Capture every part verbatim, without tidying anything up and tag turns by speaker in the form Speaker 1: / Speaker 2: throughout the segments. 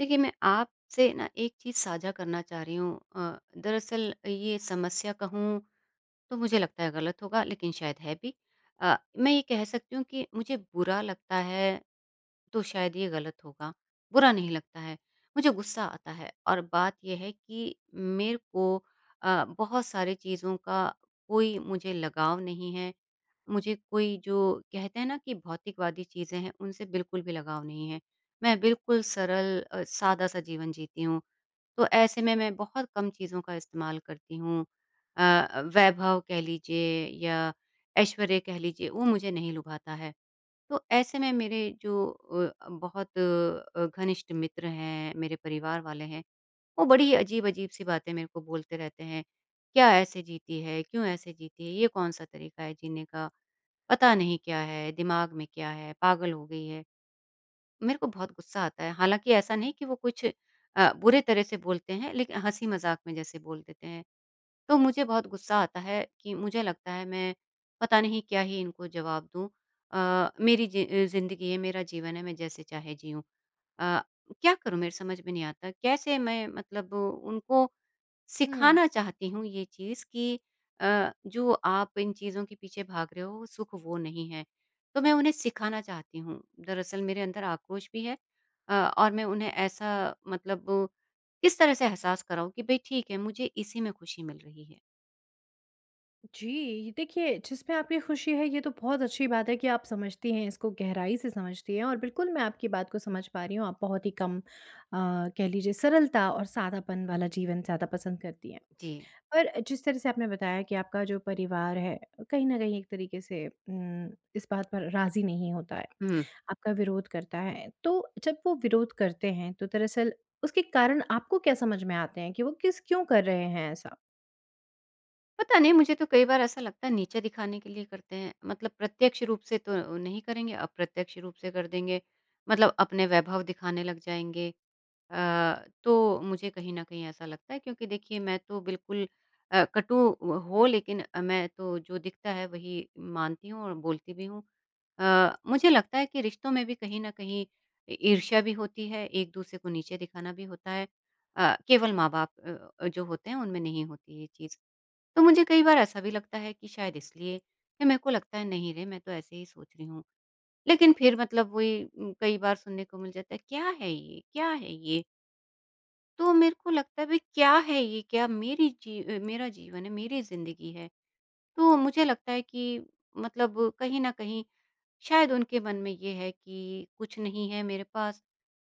Speaker 1: देखिए, मैं आपसे ना एक चीज़ साझा करना चाह रही हूँ अ, दरअसल ये समस्या कहूँ तो मुझे लगता है गलत होगा लेकिन शायद है भी। अ, मैं ये कह सकती हूँ कि मुझे बुरा लगता है तो शायद ये गलत होगा, बुरा नहीं लगता है। मुझे गुस्सा आता है और बात ये है कि मेरे को अ, बहुत सारी चीज़ों का कोई मुझे लगाव नहीं है। मुझे कोई जो कहते हैं ना कि भौतिकवादी चीज़ें हैं, उनसे बिल्कुल भी लगाव नहीं है। मैं बिल्कुल सरल अ, सादा-सा जीवन जीती हूँ, तो ऐसे में मैं बहुत कम चीज़ों का इस्तेमाल करती हूँ। अ, वैभव कह लीजिए या ऐश्वर्य कह लीजिए, वो मुझे नहीं लुभाता है। तो ऐसे में मेरे जो अ, बहुत अ, घनिष्ठ मित्र हैं, मेरे परिवार वाले हैं, वो बड़ी अजीब-अजीब सी बातें मेरे को बोलते रहते हैं। क्या ऐसे जीती है? क्यों ऐसे जीती है? ये कौन-सा तरीका है जीने का? पता नहीं क्या है? दिमाग में क्या है? पागल हो गई है? मेरे को बहुत गुस्सा आता है। हालाँकि ऐसा नहीं कि वो कुछ अ, बुरे तरह से बोलते हैं लेकिन हँसी-मज़ाक में जैसे बोल देते हैं। तो मुझे बहुत गुस्सा आता है कि मुझे लगता है मैं पता नहीं क्या ही इनको जवाब दूँ। अ, मेरी जि अ, ज़िंदगी है, मेरा जीवन है, मैं जैसे चाहे जिऊँ। अ, क्या करूँ मेरे समझ में नहीं आता। कैसे मैं मतलब उनको
Speaker 2: हुँ।
Speaker 1: सिखाना चाहती हूँ ये चीज़ कि अ, जो आप इन चीज़ों के पीछे भाग रहे हो, सुख वो नहीं है। तो मैं उन्हें सिखाना चाहती हूँ। दरअसल मेरे अंदर आक्रोश भी है अ, और मैं उन्हें ऐसा मतलब किस तरह से एहसास कराऊँ कि भई ठीक है, मुझे इसी में खुशी मिल रही है।
Speaker 2: जी, ये देखिए जिसमें आपकी खुशी है ये तो बहुत अच्छी बात है कि आप समझती हैं, इसको गहराई से समझती हैं और बिल्कुल मैं आपकी बात को समझ पा रही हूँ। आप बहुत ही कम अ, कह लीजिए सरलता और सादापन वाला जीवन ज़्यादा पसंद करती हैं।
Speaker 1: जी,
Speaker 2: पर जिस तरह से आपने बताया कि आपका जो परिवार है, कहीं न कहीं एक तरीके से उम, इस बात पर राज़ी नहीं होता है,
Speaker 1: हुँ।
Speaker 2: आपका विरोध करता है। तो जब वो विरोध करते हैं तो दरअसल उसके कारण आपको क्या समझ में आते हैं कि वो किस क्यों कर रहे हैं ऐसा?
Speaker 1: पता नहीं मुझे तो कई बार ऐसा लगता है नीचा दिखाने के लिए करते हैं। मतलब प्रत्यक्ष रूप से तो नहीं करेंगे, अप्रत्यक्ष रूप से कर देंगे। मतलब अपने वैभव दिखाने लग जाएँगे। अ, तो मुझे कहीं न कहीं ऐसा लगता है क्योंकि देखिए मैं तो बिल्कुल अ, कटु हो लेकिन अ, मैं तो जो दिखता है वही मानती हूँ और बोलती भी हूँ। अ, मुझे लगता है कि रिश्तों में भी कहीं न कहीं इ ईर्ष्या भी होती है, एक-दूसरे को नीचे दिखाना भी होता है। अ, केवल माँ-बाप अ अ, जो होते हैं उनमें नहीं होती ये चीज़। तो मुझे कई बार ऐसा भी लगता है कि शायद इसलिए या मेरे को लगता है नहीं रे मैं तो ऐसे ही सोच रही हूँ लेकिन फिर मतलब वही उम, कई बार सुनने को मिल जाता है क्या है ये क्या है ये। तो मेरे को लगता है भाई क्या है ये, क्या मेरी जी अ, मेरा जीवन है मेरी जिंदगी है। तो मुझे लगता है कि मतलब कहीं ना कहीं शायद उनके मन में ये है कि कुछ नहीं है मेरे पास।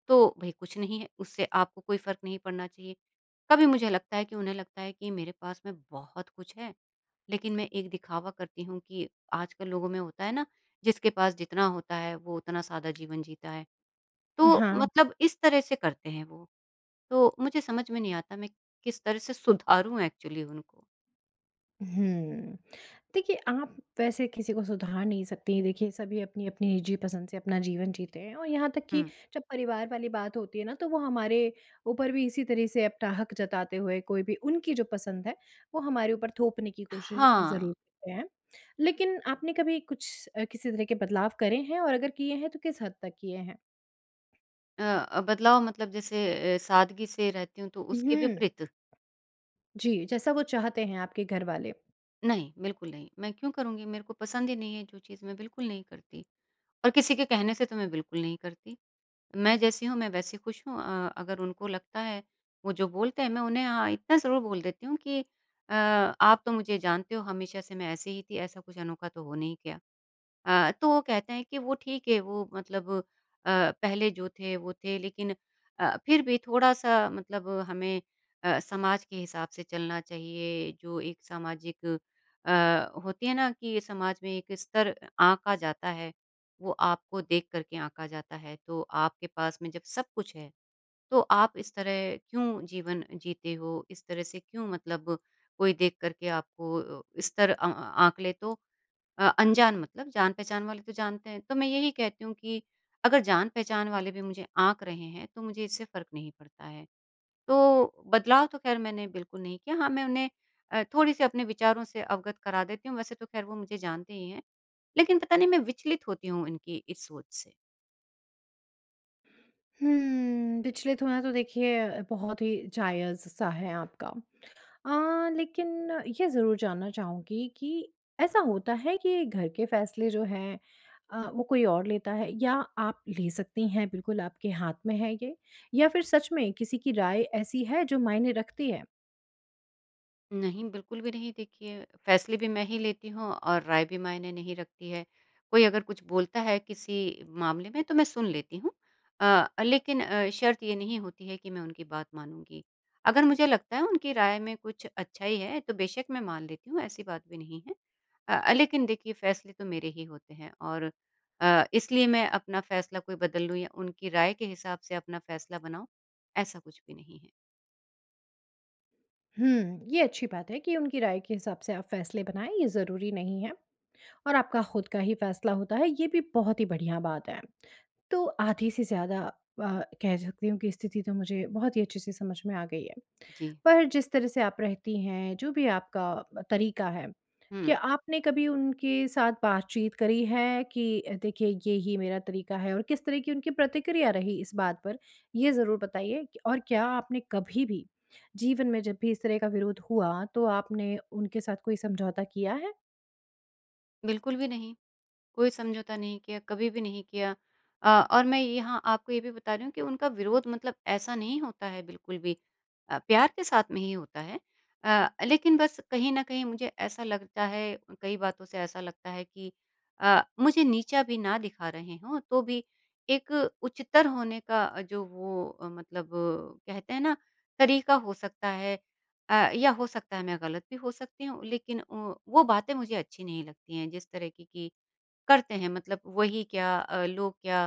Speaker 1: तो भाई कुछ नहीं है उससे आपको कोई फर्क नहीं पड़ना चाहिए। कभी मुझे लगता है कि उन्हें लगता है कि मेरे पास में बहुत कुछ है लेकिन मैं एक दिखावा करती हूँ कि आजकल लोगों में होता है ना, जिसके पास जितना होता है वो उतना सादा जीवन जीता है। तो
Speaker 2: हाँ।
Speaker 1: मतलब इस तरह से करते हैं वो। तो मुझे समझ में नहीं आता मैं किस तरह से सुधारूँ एक्चुअली उनको?
Speaker 2: हुँ। देखिए, आप वैसे किसी को सुधार नहीं सकती। देखिए, सभी अपनी-अपनी निजी पसंद से अपना जीवन जीते हैं और यहाँ तक कि
Speaker 1: हुँ।
Speaker 2: जब परिवार वाली बात होती है ना, तो वो हमारे ऊपर भी इसी तरह से अपना हक जताते हुए, कोई भी उनकी जो पसंद है, वो हमारे ऊपर थोपने की कोशिश
Speaker 1: हाँ।
Speaker 2: ज़रूर करते हैं। लेकिन आपने कभी कुछ अ, किसी तरह के बदलाव करे हैं, और अगर किए हैं, तो किस हद तक किए हैं?
Speaker 1: अ अ, बदलाव मतलब जैसे अ, सादगी से रहती हूँ तो उसके
Speaker 2: हुँ।
Speaker 1: विपरीत।
Speaker 2: जी, जैसा वो चाहते हैं आपके घर वाले।
Speaker 1: नहीं, बिल्कुल नहीं। मैं क्यों करूँगी? मेरे को पसंद ही नहीं है जो चीज़ मैं बिल्कुल नहीं करती और किसी के कहने से तो मैं बिल्कुल नहीं करती। मैं जैसी हूँ, मैं वैसी खुश हूँ अ, अगर उनको लगता है, वो जो बोलते हैं मैं उन्हें हाँ, इतना ज़रूर बोल देती हूँ कि अ, आप तो मुझे जानते हो हमेशा से मैं ऐसी ही थी, ऐसा कुछ अनोखा तो हो नहीं गया। अ, तो वो कहते हैं कि वो ठीक है वो मतलब अ, पहले जो थे वो थे लेकिन अ, फिर भी थोड़ा-सा मतलब हमें अ, समाज के हिसाब से चलना चाहिए। जो एक सामाजिक अ, होती है ना कि समाज में एक स्तर आँका जाता है, वो आपको देख कर के आँका जाता है। तो आपके पास में जब सब कुछ है, तो आप इस तरह क्यों जीवन जीते हो? इस तरह से क्यों मतलब कोई देख कर के आपको अ, स्तर अ, आँक ले तो अ, अनजान मतलब जान-पहचान वाले तो जानते हैं। तो मैं यही कहती हूँ कि अगर जान-पहचान वाले भी मुझे आँक रहे हैं, तो मुझे इससे फ़र्क नहीं पड़ता है। तो बदलाव तो ख़ैर मैंने बिल्कुल नहीं किया। हाँ, मैं उन्हें अ, थोड़ी-सी अपने विचारों से अवगत करा देती हूँ। वैसे तो ख़ैर वो मुझे जानते ही हैं, लेकिन पता नहीं मैं विचलित होती हूँ इनकी इस सोच से।
Speaker 2: हुँ, पिछले थोड़ा तो देखिए बहुत ही जायज़-सा है आपका। अ, लेकिन ये ज़रूर जानना चाहूँगी कि ऐसा होता है कि घर के फ़ैसले जो हैं, अ, वो कोई और लेता है या आप ले सकती हैं, बिल्कुल आपके हाथ में है ये? या फिर सच में किसी की राय ऐसी है जो मायने रखती है?
Speaker 1: नहीं, बिल्कुल भी नहीं। देखिए, फ़ैसले भी मैं ही लेती हूँ और राय भी मायने नहीं रखती है। कोई अगर कुछ बोलता है किसी मामले में तो मैं सुन लेती हूँ अ, लेकिन अ, शर्त ये नहीं होती है कि मैं उनकी बात मानूँगी। अगर मुझे लगता है उनकी राय में कुछ अच्छाई है तो बेशक मैं मान लेती हूँ, ऐसी बात भी नहीं है। अ, लेकिन देखिए फ़ैसले तो मेरे ही होते हैं और अ, इसलिए मैं अपना फ़ैसला कोई बदल लूँ या उनकी राय के हिसाब से अपना फ़ैसला बनाऊँ, ऐसा कुछ भी नहीं है।
Speaker 2: हुँ, ये अच्छी बात है कि उनकी राय के हिसाब से आप फ़ैसले बनाएँ, ये ज़रूरी नहीं है। और आपका खुद का ही फैसला होता है, ये भी बहुत ही बढ़िया बात है। तो आधी से ज़्यादा अ, कह सकती हूँ कि स्थिति तो मुझे बहुत ही अच्छे से समझ में आ गई है।
Speaker 1: जी।
Speaker 2: पर जिस तरह से आप रहती हैं, जो भी आपका तरीका है,
Speaker 1: हुँ,
Speaker 2: क्या आपने कभी उनके साथ बातचीत करी है कि अ, देखिए ये ही मेरा तरीका है, और किस तरह की उनकी प्रतिक्रिया रही इस बात पर, ये ज़रूर बताइए। कि और क्या आपने कभी भी जीवन में जब भी इस तरह का विरोध हुआ, तो आपने उनके साथ कोई समझौता किया है?
Speaker 1: बिल्कुल भी नहीं। कोई समझौता नहीं किया, कभी भी नहीं किया। अ, और मैं यहाँ आपको ये भी बता रही हूँ कि उनका विरोध मतलब ऐसा नहीं होता है बिल्कुल भी अ, प्यार के साथ में ही होता है। अ, लेकिन बस कहीं न कहीं मुझे ऐसा लगता है कई बातों से ऐसा लगता है कि अ, मुझे नीचा भी ना दिखा रहे हों, तो भी एक उच्चतर होने का अ, जो वो अ, मतलब अ, कहते हैं ना तरीका हो सकता है अ, या हो सकता है मैं गलत भी हो सकती हूँ, लेकिन अ, वो बातें मुझे अच्छी नहीं लगती हैं जिस तरह की कि करते हैं मतलब वही क्या अ, लोग क्या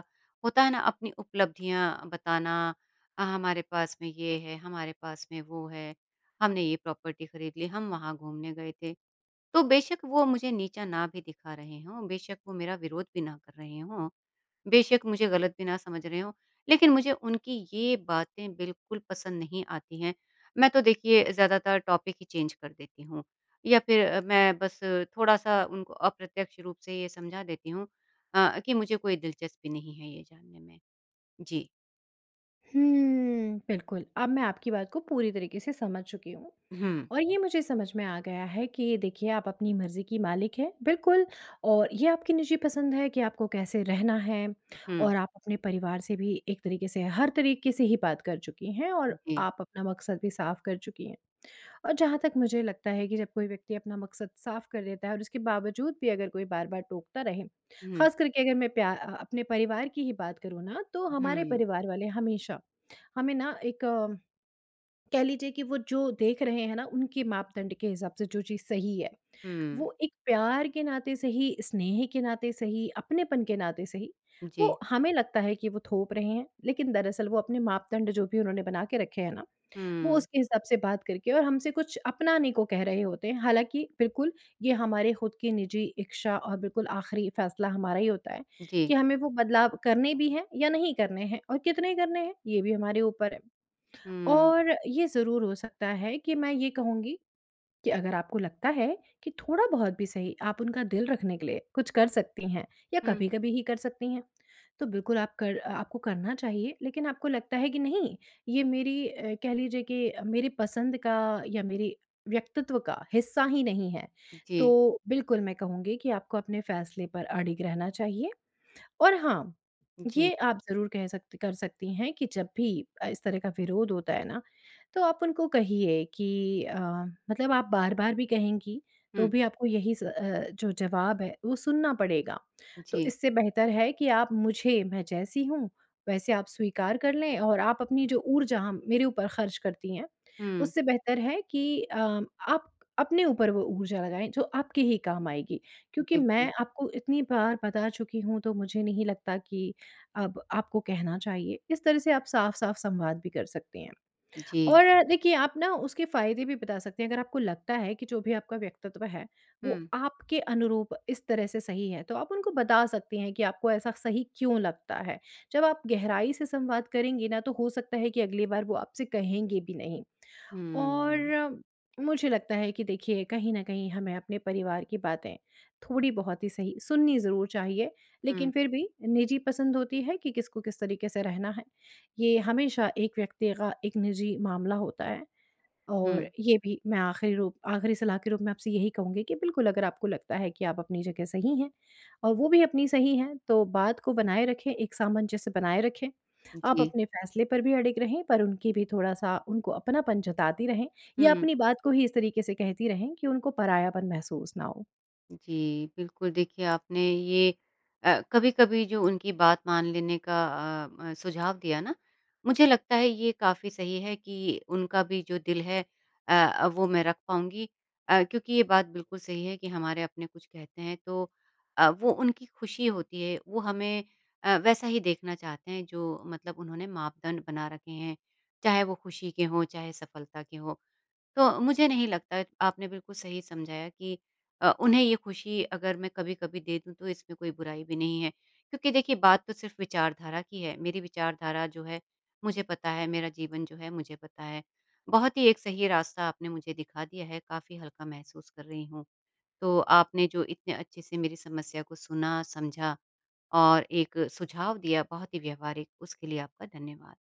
Speaker 1: होता है ना अपनी उपलब्धियाँ बताना अ, हमारे पास में ये है, हमारे पास में वो है, हमने ये प्रॉपर्टी खरीद ली, हम वहाँ घूमने गए थे। तो बेशक वो मुझे नीचा ना भी दिखा रहे हों, बेशक वो मेरा विरोध भी ना कर रहे हों, बेशक मुझे गलत भी ना समझ रहे हो, लेकिन मुझे उनकी ये बातें बिल्कुल पसंद नहीं आती हैं। मैं तो देखिए ज़्यादातर टॉपिक ही चेंज कर देती हूँ या फिर अ, मैं बस थोड़ा-सा उनको अप्रत्यक्ष रूप से ये समझा देती हूँ अ, कि मुझे कोई दिलचस्पी नहीं है ये जानने में। जी।
Speaker 2: हुँ, बिल्कुल, अब मैं आपकी बात को पूरी तरीके से समझ चुकी हूँ,
Speaker 1: हुँ,
Speaker 2: और ये मुझे समझ में आ गया है कि ये देखिए आप अपनी मर्ज़ी की मालिक हैं, बिल्कुल। और ये आपकी निजी पसंद है कि आपको कैसे रहना है,
Speaker 1: हुँ,
Speaker 2: और आप अपने परिवार से भी एक तरीके से, हर तरीके से ही बात कर चुकी हैं, और
Speaker 1: जी।
Speaker 2: आप अपना मकसद भी साफ़ कर चुकी हैं। और जहाँ तक मुझे लगता है कि जब कोई व्यक्ति अपना मकसद साफ़ कर देता है और उसके बावजूद भी अगर कोई बार-बार टोकता रहे,
Speaker 1: हुँ,
Speaker 2: ख़ास करके अगर मैं प्या अ, अपने परिवार की ही बात करूँ ना, तो हमारे
Speaker 1: हुँ,
Speaker 2: परिवार वाले हमेशा हमें ना एक, अ, कह लीजिए कि वो जो देख रहे हैं ना, उनके मापदंड के हिसाब से जो चीज़ सही है,
Speaker 1: हुँ,
Speaker 2: वो एक प्यार के नाते सही, स्नेह के नाते सही, अपनेपन के नाते सही,
Speaker 1: जी।
Speaker 2: वो हमें लगता है कि वो थोप रहे हैं, लेकिन दरअसल वो अपने मापदंड जो भी उन्होंने बना के रखे हैं ना, वो
Speaker 1: हुँ,
Speaker 2: उसके हिसाब से बात करके और हमसे कुछ अपनाने को कह रहे होते हैं। हालाँकि बिल्कुल ये हमारे खुद की निजी इच्छा और बिल्कुल आखिरी फैसला हमारा ही होता है
Speaker 1: जी।
Speaker 2: कि हमें वो बदलाव करने भी हैं या नहीं करने हैं, और कितने करने हैं, ये भी हमारे ऊपर है।
Speaker 1: हुँ,
Speaker 2: और ये ज़रूर हो सकता है कि मैं ये कहूँगी कि अगर आपको लगता है कि थोड़ा-बहुत भी सही आप उनका दिल रखने के लिए कुछ कर सकती हैं या
Speaker 1: हुँ,
Speaker 2: कभी-कभी ही कर सकती हैं, तो बिल्कुल आप कर आपको करना चाहिए। लेकिन आपको लगता है कि नहीं, ये मेरी, अ, कह लीजिए कि मेरी पसंद का या मेरे व्यक्तित्व का हिस्सा ही नहीं है,
Speaker 1: जी,
Speaker 2: तो बिल्कुल मैं कहूँगी कि आपको अपने फ़ैसले पर अडिग रहना चाहिए। और हाँ,
Speaker 1: जी।
Speaker 2: ये आप ज़रूर कह सकती कर सकती हैं कि जब भी अ, इस तरह का विरोध होता है ना, तो आप उनको कहिए कि, अ, मतलब आप बार-बार भी कहेंगी, तो
Speaker 1: हुँ,
Speaker 2: भी आपको यही स अ, जो जवाब है, वो सुनना पड़ेगा। तो
Speaker 1: जी।
Speaker 2: इससे बेहतर है कि आप मुझे, मैं जैसी हूँ, वैसे आप स्वीकार कर लें, और आप अपनी जो ऊर्जा हम मेरे ऊपर खर्च करती हैं,
Speaker 1: हुँ,
Speaker 2: उससे बेहतर है कि अ, आप अपने ऊपर वो ऊर्जा लगाएँ, जो आपके ही काम आएगी। क्योंकि
Speaker 1: बिल्कुल।
Speaker 2: मैं आपको इतनी बार बता चुकी हूँ तो मुझे नहीं लगता कि अब आपको कहना चाहिए। इस तरह से आप साफ-साफ संवाद भी कर सकते हैं।
Speaker 1: जी।
Speaker 2: और देखिए आप ना उसके फ़ायदे भी बता सकते हैं। अगर आपको लगता है कि जो भी आपका व्यक्तित्व है, वो
Speaker 1: हुँ,
Speaker 2: आपके अनुरूप इस तरह से सही है, तो आप उनको बता सकती हैं कि आपको ऐसा सही क्यों लगता है। जब आप गहराई से संवाद करेंगी ना, तो हो सकता है कि अगली बार वो आपसे कहेंगे भी नहीं।
Speaker 1: हुँ।
Speaker 2: और मुझे लगता है कि देखिए कहीं न कहीं हमें अपने परिवार की बातें थोड़ी बहुत ही सही सुननी ज़रूर चाहिए,
Speaker 1: हुँ,
Speaker 2: लेकिन फिर भी निजी पसंद होती है कि किसको किस तरीके से रहना है, ये हमेशा एक व्यक्ति का एक निजी मामला होता है। और
Speaker 1: हुँ।
Speaker 2: ये भी मैं आखिरी रूप आखिरी सलाह के रूप में आपसे यही कहूँगी कि बिल्कुल अगर आपको लगता है कि आप अपनी जगह सही हैं और वो भी अपनी सही हैं, तो बात को बनाए रखें, एक सामंजस्य बनाए रखें। आप
Speaker 1: जी।
Speaker 2: अपने फैसले पर भी अड़िग रहें, पर उनकी भी, थोड़ा-सा उनको अपनापन जताती रहें या
Speaker 1: हुँ,
Speaker 2: अपनी बात को ही इस तरीके से कहती रहें कि उनको परायापन महसूस ना हो।
Speaker 1: जी, बिल्कुल देखिए आपने ये अ, कभी-कभी जो उनकी बात मान लेने का अ अ, सुझाव दिया ना, मुझे लगता है ये काफ़ी सही है कि उनका भी जो दिल है अ अ, वो मैं रख पाऊँगी अ, क्योंकि ये बात बिल्कुल सही है कि हमारे अपने कुछ कहते हैं तो अ, वो उनकी खुशी होती है, वो हमें अ, वैसा ही देखना चाहते हैं जो मतलब उन्होंने मापदंड बना रखे हैं, चाहे वो खुशी के हों, चाहे सफलता के हों। तो मुझे नहीं लगता आपने बिल्कुल सही समझाया कि अ, उन्हें ये खुशी अगर मैं कभी-कभी दे दूँ तो इसमें कोई बुराई भी नहीं है। क्योंकि देखिए बात तो सिर्फ़ विचारधारा की है। मेरी विचारधारा जो है मुझे पता है, मेरा जीवन जो है मुझे पता है। बहुत ही एक सही रास्ता आपने मुझे दिखा दिया है, काफ़ी हल्का महसूस कर रही हूँ। तो आपने जो इतने अच्छे से मेरी समस्या को सुना, समझा और एक सुझाव दिया बहुत ही व्यावहारिक उसके लिए आपका धन्यवाद।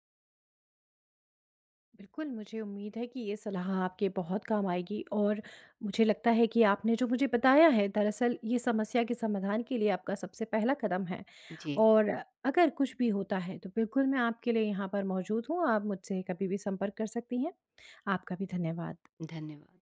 Speaker 2: बिल्कुल, मुझे उम्मीद है कि ये सलाह आपके बहुत काम आएगी, और मुझे लगता है कि आपने जो मुझे बताया है, दरअसल ये समस्या के समाधान के लिए आपका सबसे पहला कदम है।
Speaker 1: जी,
Speaker 2: और अगर कुछ भी होता है तो बिल्कुल मैं आपके लिए यहाँ पर मौजूद हूँ, आप मुझसे कभी भी संपर्क कर सकती हैं। आपका भी धन्यवाद।
Speaker 1: धन्यवाद।